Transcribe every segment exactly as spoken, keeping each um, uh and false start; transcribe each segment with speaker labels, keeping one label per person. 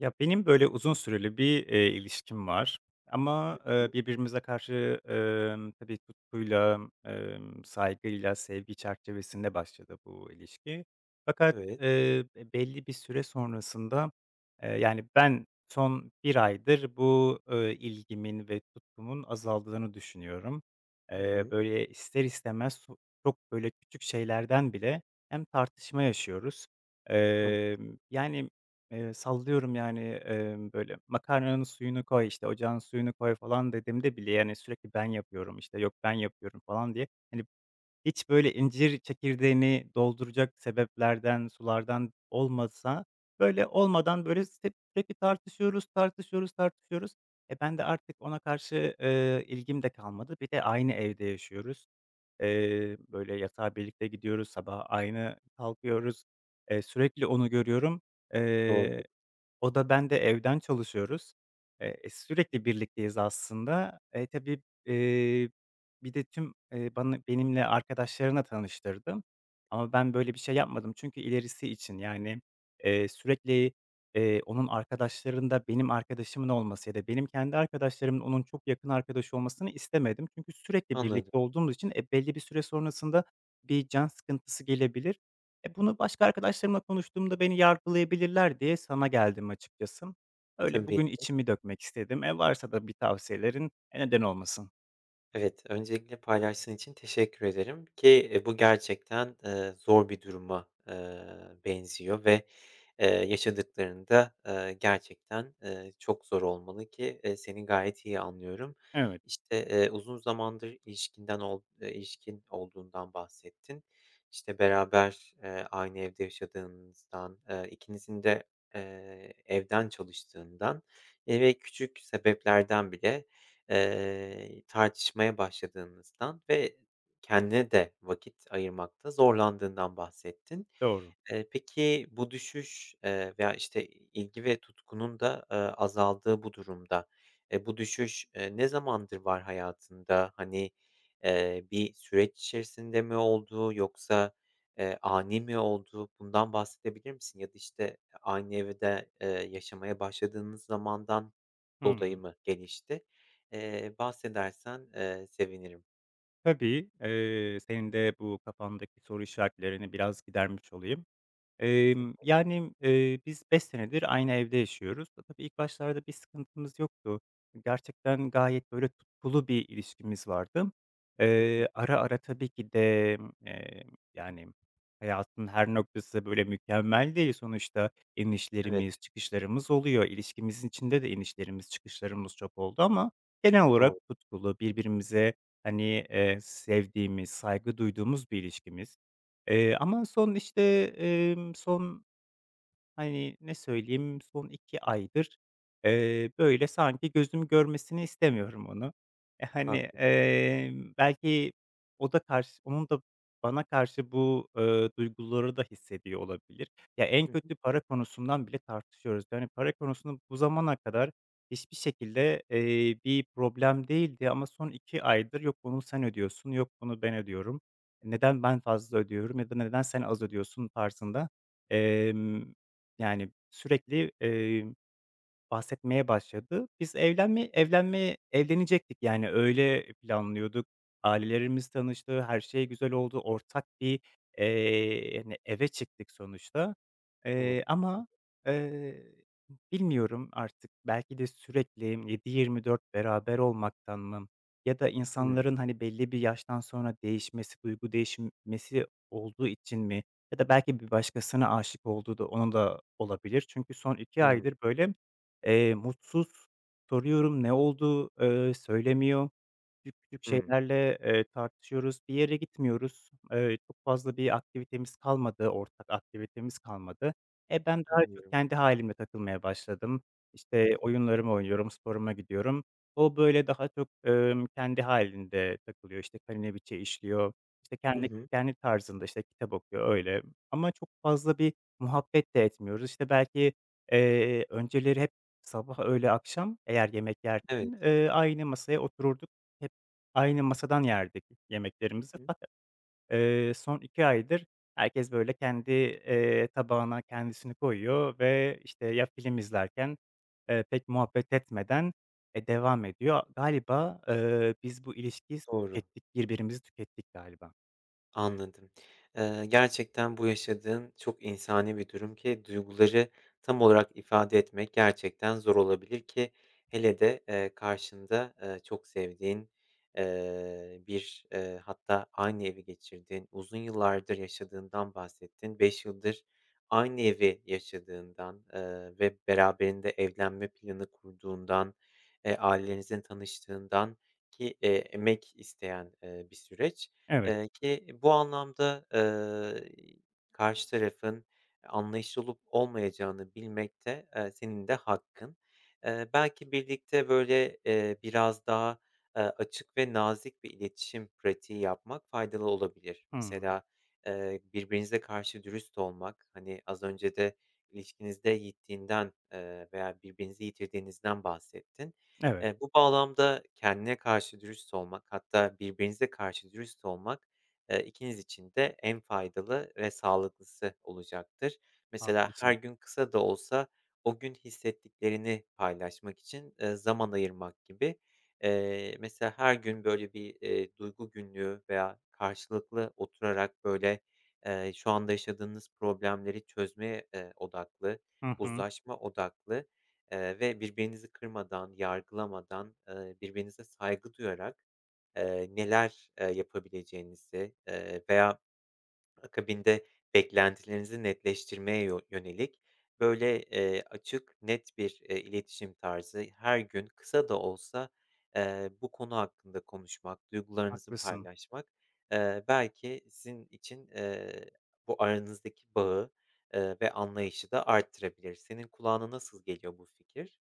Speaker 1: Ya, benim, böyle, uzun süreli bir, eee, ilişkim var
Speaker 2: Hı
Speaker 1: ama, eee,
Speaker 2: hı.
Speaker 1: birbirimize karşı, emm, tabii tutkuyla, emm, saygıyla, sevgi çerçevesinde başladı bu ilişki. Fakat,
Speaker 2: Evet.
Speaker 1: eee, belli bir süre sonrasında, eee, yani, ben son bir aydır bu, eee, ilgimin ve tutkumun azaldığını düşünüyorum.
Speaker 2: Hı
Speaker 1: Eee,
Speaker 2: hı.
Speaker 1: böyle, ister istemez so çok, böyle, küçük şeylerden bile hem tartışma yaşıyoruz.
Speaker 2: Han
Speaker 1: Emm, yani Eee, sallıyorum yani, emm, böyle, makarnanın suyunu koy, işte, ocağın suyunu koy falan dediğimde bile, yani, sürekli ben yapıyorum, işte, yok ben yapıyorum falan diye, hani, hiç böyle incir çekirdeğini dolduracak sebeplerden, sulardan olmasa, böyle, olmadan, böyle, hep sürekli tartışıyoruz, tartışıyoruz, tartışıyoruz. E, ben de artık ona karşı, eee, ilgim de kalmadı. Bir de aynı evde yaşıyoruz. Eee, böyle, yatağa birlikte gidiyoruz, sabah aynı kalkıyoruz. Eee, sürekli onu görüyorum.
Speaker 2: doğru.
Speaker 1: Eee o da ben de evden çalışıyoruz. Eee, e, sürekli birlikteyiz aslında. E, tabii, eee, bir de tüm, eee, bana benimle arkadaşlarına tanıştırdım, ama ben böyle bir şey yapmadım, çünkü ilerisi için, yani, eee, sürekli, eee, onun arkadaşlarında benim arkadaşımın olması ya da benim kendi arkadaşlarımın onun çok yakın arkadaşı olmasını istemedim. Çünkü sürekli
Speaker 2: Anladım.
Speaker 1: birlikte olduğumuz için, e, belli bir süre sonrasında bir can sıkıntısı gelebilir. E, bunu başka arkadaşlarımla konuştuğumda beni yargılayabilirler diye sana geldim açıkçası. Öyle
Speaker 2: Tabii
Speaker 1: bugün
Speaker 2: ki.
Speaker 1: içimi dökmek istedim. E, varsa da bir tavsiyelerin, e, neden olmasın.
Speaker 2: Evet, öncelikle paylaştığın için teşekkür ederim ki, eee, bu gerçekten, eee, zor bir duruma, eee, benziyor ve, eee, yaşadıkların da gerçekten, eee, çok zor olmalı ki, eee, seni gayet iyi anlıyorum.
Speaker 1: Evet,
Speaker 2: İşte, eee, uzun zamandır ilişkinden ol eee, ilişkin olduğundan bahsettin. İşte, beraber, eee, aynı evde yaşadığınızdan, eee, ikinizin de eee, evden çalıştığından, eee, ve küçük sebeplerden bile Eee, tartışmaya başladığınızdan ve kendine de vakit ayırmakta zorlandığından bahsettin.
Speaker 1: doğru.
Speaker 2: Eee, peki bu düşüş, eee, veya, işte, ilgi ve tutkunun da eee, azaldığı bu durumda, eee, bu düşüş, eee, ne zamandır var hayatında? Hani, eee, bir süreç içerisinde mi oldu yoksa, eee, ani mi oldu? Bundan bahsedebilir misin? Ya da, işte, aynı evde, eee, yaşamaya başladığınız zamandan dolayı
Speaker 1: Hımm.
Speaker 2: mı gelişti? Eee, bahsedersen, eee, sevinirim.
Speaker 1: Tabii, eee, senin de bu kafandaki soru işaretlerini biraz gidermiş olayım. Emm,
Speaker 2: Tabii.
Speaker 1: yani, eee, biz beş senedir aynı evde yaşıyoruz. E, tabii ilk başlarda bir sıkıntımız yoktu. Gerçekten gayet, böyle, tutkulu bir ilişkimiz vardı.
Speaker 2: Hı hı.
Speaker 1: Eee, ara ara tabii ki de, eee, yani, hayatın her noktası, böyle, mükemmel değil sonuçta. İnişlerimiz,
Speaker 2: Evet,
Speaker 1: çıkışlarımız oluyor. İlişkimizin içinde de inişlerimiz, çıkışlarımız çok oldu ama genel olarak
Speaker 2: doğru,
Speaker 1: tutkulu, birbirimize, hani, eee, sevdiğimiz, saygı duyduğumuz bir ilişkimiz. Eee, ama son, işte, emm, son Hani, ne söyleyeyim, son iki aydır, eee, böyle, sanki gözüm görmesini istemiyorum onu. E, hani,
Speaker 2: haklısın.
Speaker 1: emm, belki o da karşı onun da bana karşı bu, eee, duyguları da hissediyor olabilir. Ya, en
Speaker 2: Hı hı.
Speaker 1: kötü para konusundan bile tartışıyoruz. Yani, para konusunda bu zamana kadar hiçbir şekilde, eee, bir problem değildi, ama son iki aydır yok bunu sen ödüyorsun, yok bunu ben ödüyorum, neden ben fazla ödüyorum ya da neden sen az ödüyorsun tarzında, yani, sürekli, eee, bahsetmeye başladı. Biz evlenme evlenme evlenecektik, yani, öyle planlıyorduk. Ailelerimiz tanıştı, her şey güzel oldu. Ortak bir, eee, hani, eve çıktık sonuçta. Eee,
Speaker 2: Olabilir.
Speaker 1: ama, eee, bilmiyorum artık, belki de sürekli yedi yirmi dört beraber olmaktan mı, ya da
Speaker 2: Hıı. Hıı.
Speaker 1: insanların, hani, belli bir yaştan sonra değişmesi, duygu değişmesi olduğu için mi, ya da belki bir başkasına aşık olduğu da onun da olabilir. Çünkü son iki
Speaker 2: Hıı.
Speaker 1: aydır, böyle, Eee, mutsuz. Soruyorum, "Ne oldu?" Eee, söylemiyor. Küçük küçük şeylerle, eee, tartışıyoruz. Bir yere gitmiyoruz. Eee, çok fazla bir aktivitemiz kalmadı, ortak aktivitemiz kalmadı. E, ben daha çok
Speaker 2: Anlıyorum.
Speaker 1: kendi halimle takılmaya başladım.
Speaker 2: Hı
Speaker 1: İşte,
Speaker 2: hı.
Speaker 1: oyunlarımı oynuyorum, sporuma gidiyorum. O, böyle, daha çok, emm, kendi halinde takılıyor. İşte, kalinebiçe işliyor. İşte,
Speaker 2: Hı
Speaker 1: kendi
Speaker 2: hı.
Speaker 1: kendi tarzında, işte, kitap okuyor, öyle. Ama çok fazla bir muhabbet de etmiyoruz. İşte, belki, eee, önceleri hep sabah, öğle, akşam eğer yemek
Speaker 2: Evet.
Speaker 1: yerken, eee, aynı masaya otururduk. Hep aynı masadan yerdik yemeklerimizi,
Speaker 2: Hı.
Speaker 1: fakat, eee, son iki aydır herkes, böyle, kendi, eee, tabağına kendisini koyuyor ve, işte, ya film izlerken, eee, pek muhabbet etmeden, eee, devam ediyor. Galiba, eee, biz bu ilişkiyi
Speaker 2: Doğru.
Speaker 1: tükettik, birbirimizi tükettik galiba.
Speaker 2: Anladım. Eee, gerçekten bu yaşadığın çok insani bir durum ki duyguları tam olarak ifade etmek gerçekten zor olabilir ki hele de, eee, karşında, eee, çok sevdiğin, eee, bir, eee, hatta aynı evi geçirdiğin, uzun yıllardır yaşadığından bahsettin. Beş yıldır aynı evi yaşadığından, eee, ve beraberinde evlenme planı kurduğundan, eee, ailenizin tanıştığından ki, eee, emek isteyen, eee, bir süreç.
Speaker 1: Evet.
Speaker 2: Eee, ki bu anlamda, eee, karşı tarafın anlayışlı olup olmayacağını bilmek de, eee, senin de hakkın. Eee, belki birlikte, böyle, eee, biraz daha, eee, açık ve nazik bir iletişim pratiği yapmak faydalı olabilir.
Speaker 1: Hımm.
Speaker 2: Mesela, eee, birbirinize karşı dürüst olmak, hani, az önce de ilişkinizde yittiğinden, eee, veya birbirinizi yitirdiğinizden bahsettin.
Speaker 1: Evet,
Speaker 2: Eee, bu bağlamda kendine karşı dürüst olmak, hatta birbirinize karşı dürüst olmak, eee, ikiniz için de en faydalı ve sağlıklısı olacaktır. Mesela her
Speaker 1: haklısın.
Speaker 2: gün kısa da olsa o gün hissettiklerini paylaşmak için, eee, zaman ayırmak gibi. Eee, mesela her gün böyle bir, eee, duygu günlüğü veya karşılıklı oturarak böyle, eee, şu anda yaşadığınız problemleri çözmeye, eee, odaklı,
Speaker 1: Hı hı,
Speaker 2: uzlaşma odaklı, Eee, ve birbirinizi kırmadan, yargılamadan, eee, birbirinize saygı duyarak, eee, neler eee, yapabileceğinizi, eee, veya akabinde beklentilerinizi netleştirmeye yo yönelik böyle, eee, açık, net bir, eee, iletişim tarzı her gün kısa da olsa, eee, bu konu hakkında konuşmak, duygularınızı
Speaker 1: haklısın.
Speaker 2: paylaşmak, eee, belki sizin için, eee, bu aranızdaki bağı, eee, ve anlayışı da arttırabilir. Senin kulağına nasıl geliyor bu fikir?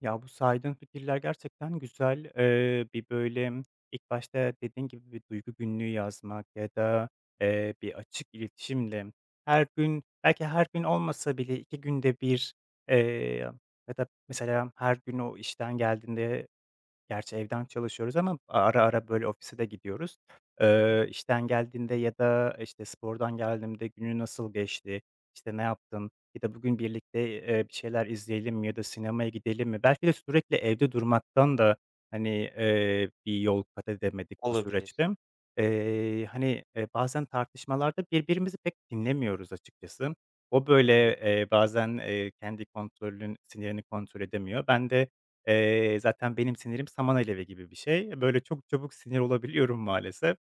Speaker 1: Ya, bu saydığın fikirler gerçekten güzel. Eee, bir, böyle, ilk başta dediğin gibi bir duygu günlüğü yazmak ya da, eee, bir açık iletişimle her gün, belki her gün olmasa bile iki günde bir eee, ya da mesela her gün o işten geldiğinde. Gerçi evden çalışıyoruz ama ara ara, böyle, ofise de gidiyoruz.
Speaker 2: Hı hı.
Speaker 1: Eee, işten geldiğinde ya da, işte, spordan geldiğimde günü nasıl geçti, işte, ne yaptın ya da bugün birlikte, eee, bir şeyler izleyelim mi ya da sinemaya gidelim mi? Belki de sürekli evde durmaktan da, hani, eee, bir yol kat edemedik bu
Speaker 2: Olabilir.
Speaker 1: süreçte.
Speaker 2: Hı hı.
Speaker 1: Eee, hani, eee, bazen tartışmalarda birbirimizi pek dinlemiyoruz açıkçası. O, böyle,
Speaker 2: Evet,
Speaker 1: eee, bazen, eee, kendi kontrolün sinirini kontrol edemiyor. Ben de Eee, zaten benim sinirim saman alevi gibi bir şey. Böyle, çok çabuk sinir olabiliyorum maalesef.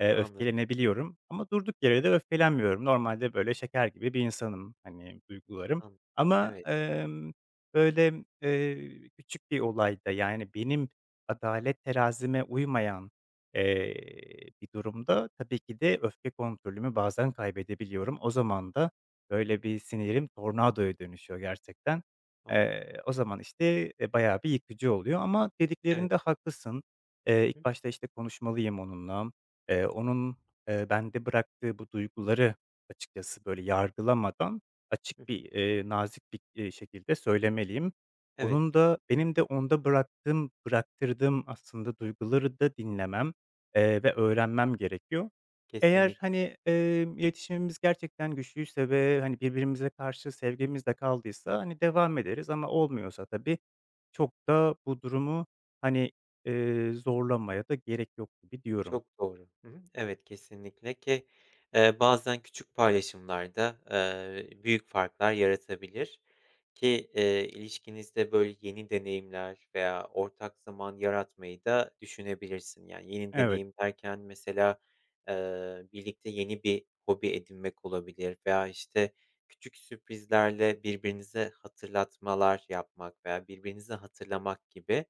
Speaker 1: Eee,
Speaker 2: anladım,
Speaker 1: öfkelenebiliyorum ama durduk yere de öfkelenmiyorum. Normalde, böyle, şeker gibi bir insanım, hani, duygularım
Speaker 2: an
Speaker 1: ama,
Speaker 2: Evet,
Speaker 1: emm, böyle, eee, küçük bir olayda, yani, benim adalet terazime uymayan, eee, bir durumda tabii ki de öfke kontrolümü bazen kaybedebiliyorum. O zaman da, böyle, bir sinirim tornadoya dönüşüyor gerçekten.
Speaker 2: o!
Speaker 1: Eee, o zaman, işte, eee, bayağı bir yıkıcı oluyor, ama
Speaker 2: Evet.
Speaker 1: dediklerinde haklısın.
Speaker 2: Hı
Speaker 1: Eee,
Speaker 2: hı.
Speaker 1: ilk başta, işte, konuşmalıyım onunla. Eee, onun, eee, bende bıraktığı bu duyguları açıkçası, böyle, yargılamadan, açık
Speaker 2: Hı hı.
Speaker 1: bir, eee, nazik bir, eee, şekilde söylemeliyim.
Speaker 2: Evet,
Speaker 1: Onun da benim de onda bıraktığım bıraktırdığım aslında duyguları da dinlemem, eee, ve öğrenmem gerekiyor. Eğer,
Speaker 2: kesinlikle.
Speaker 1: hani, emm, iletişimimiz gerçekten güçlüyse ve, hani, birbirimize karşı sevgimiz de kaldıysa, hani, devam ederiz, ama olmuyorsa tabii çok da bu durumu, hani, eee, zorlamaya da gerek yok gibi diyorum.
Speaker 2: Çok doğru. Hı hı. Evet, kesinlikle ki, eee, bazen küçük paylaşımlar da eee, büyük farklar yaratabilir. Ki, eee, ilişkinizde, böyle, yeni deneyimler veya ortak zaman yaratmayı da düşünebilirsin. Yani, yeni
Speaker 1: Evet.
Speaker 2: deneyim derken mesela, eee, birlikte yeni bir hobi edinmek olabilir veya, işte, küçük sürprizlerle birbirinize hatırlatmalar yapmak veya birbirinizi hatırlamak gibi,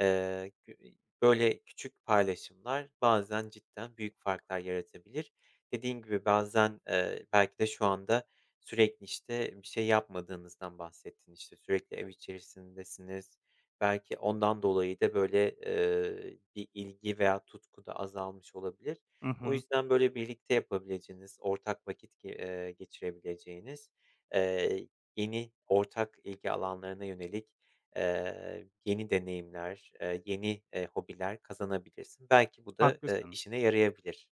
Speaker 2: eee, gü böyle, küçük paylaşımlar bazen cidden büyük farklar yaratabilir. Dediğin gibi bazen, eee, belki de şu anda sürekli, işte, bir şey yapmadığınızdan bahsettin. İşte, sürekli ev içerisindesiniz. Belki ondan dolayı da, böyle, eee, bir ilgi veya tutku da azalmış olabilir.
Speaker 1: Hı
Speaker 2: O
Speaker 1: hı.
Speaker 2: yüzden, böyle, birlikte yapabileceğiniz, ortak vakit ge eee, geçirebileceğiniz, eee, yeni ortak ilgi alanlarına yönelik, eee, yeni deneyimler, eee, yeni, eee, hobiler kazanabilirsin. Belki bu da, eee,
Speaker 1: Haklısın.
Speaker 2: işine yarayabilir.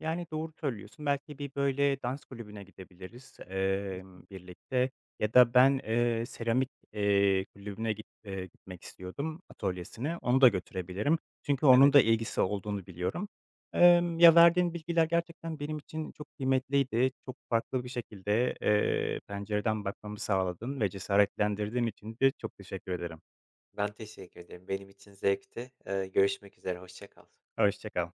Speaker 1: Yani, doğru söylüyorsun. Belki bir, böyle, dans kulübüne gidebiliriz,
Speaker 2: Hı hı.
Speaker 1: emm, birlikte, ya da ben, eee, seramik, eee, kulübüne git eee, gitmek istiyordum, atölyesine. Onu da götürebilirim. Çünkü onun
Speaker 2: Evet.
Speaker 1: da ilgisi olduğunu biliyorum. Emm, ya, verdiğin bilgiler gerçekten benim için çok kıymetliydi. Çok farklı bir şekilde, eee, pencereden bakmamı sağladın ve cesaretlendirdiğin için de çok teşekkür ederim.
Speaker 2: Ben teşekkür ederim. Benim için zevkti. Eee, görüşmek üzere, hoşça kal.
Speaker 1: Hoşça kal.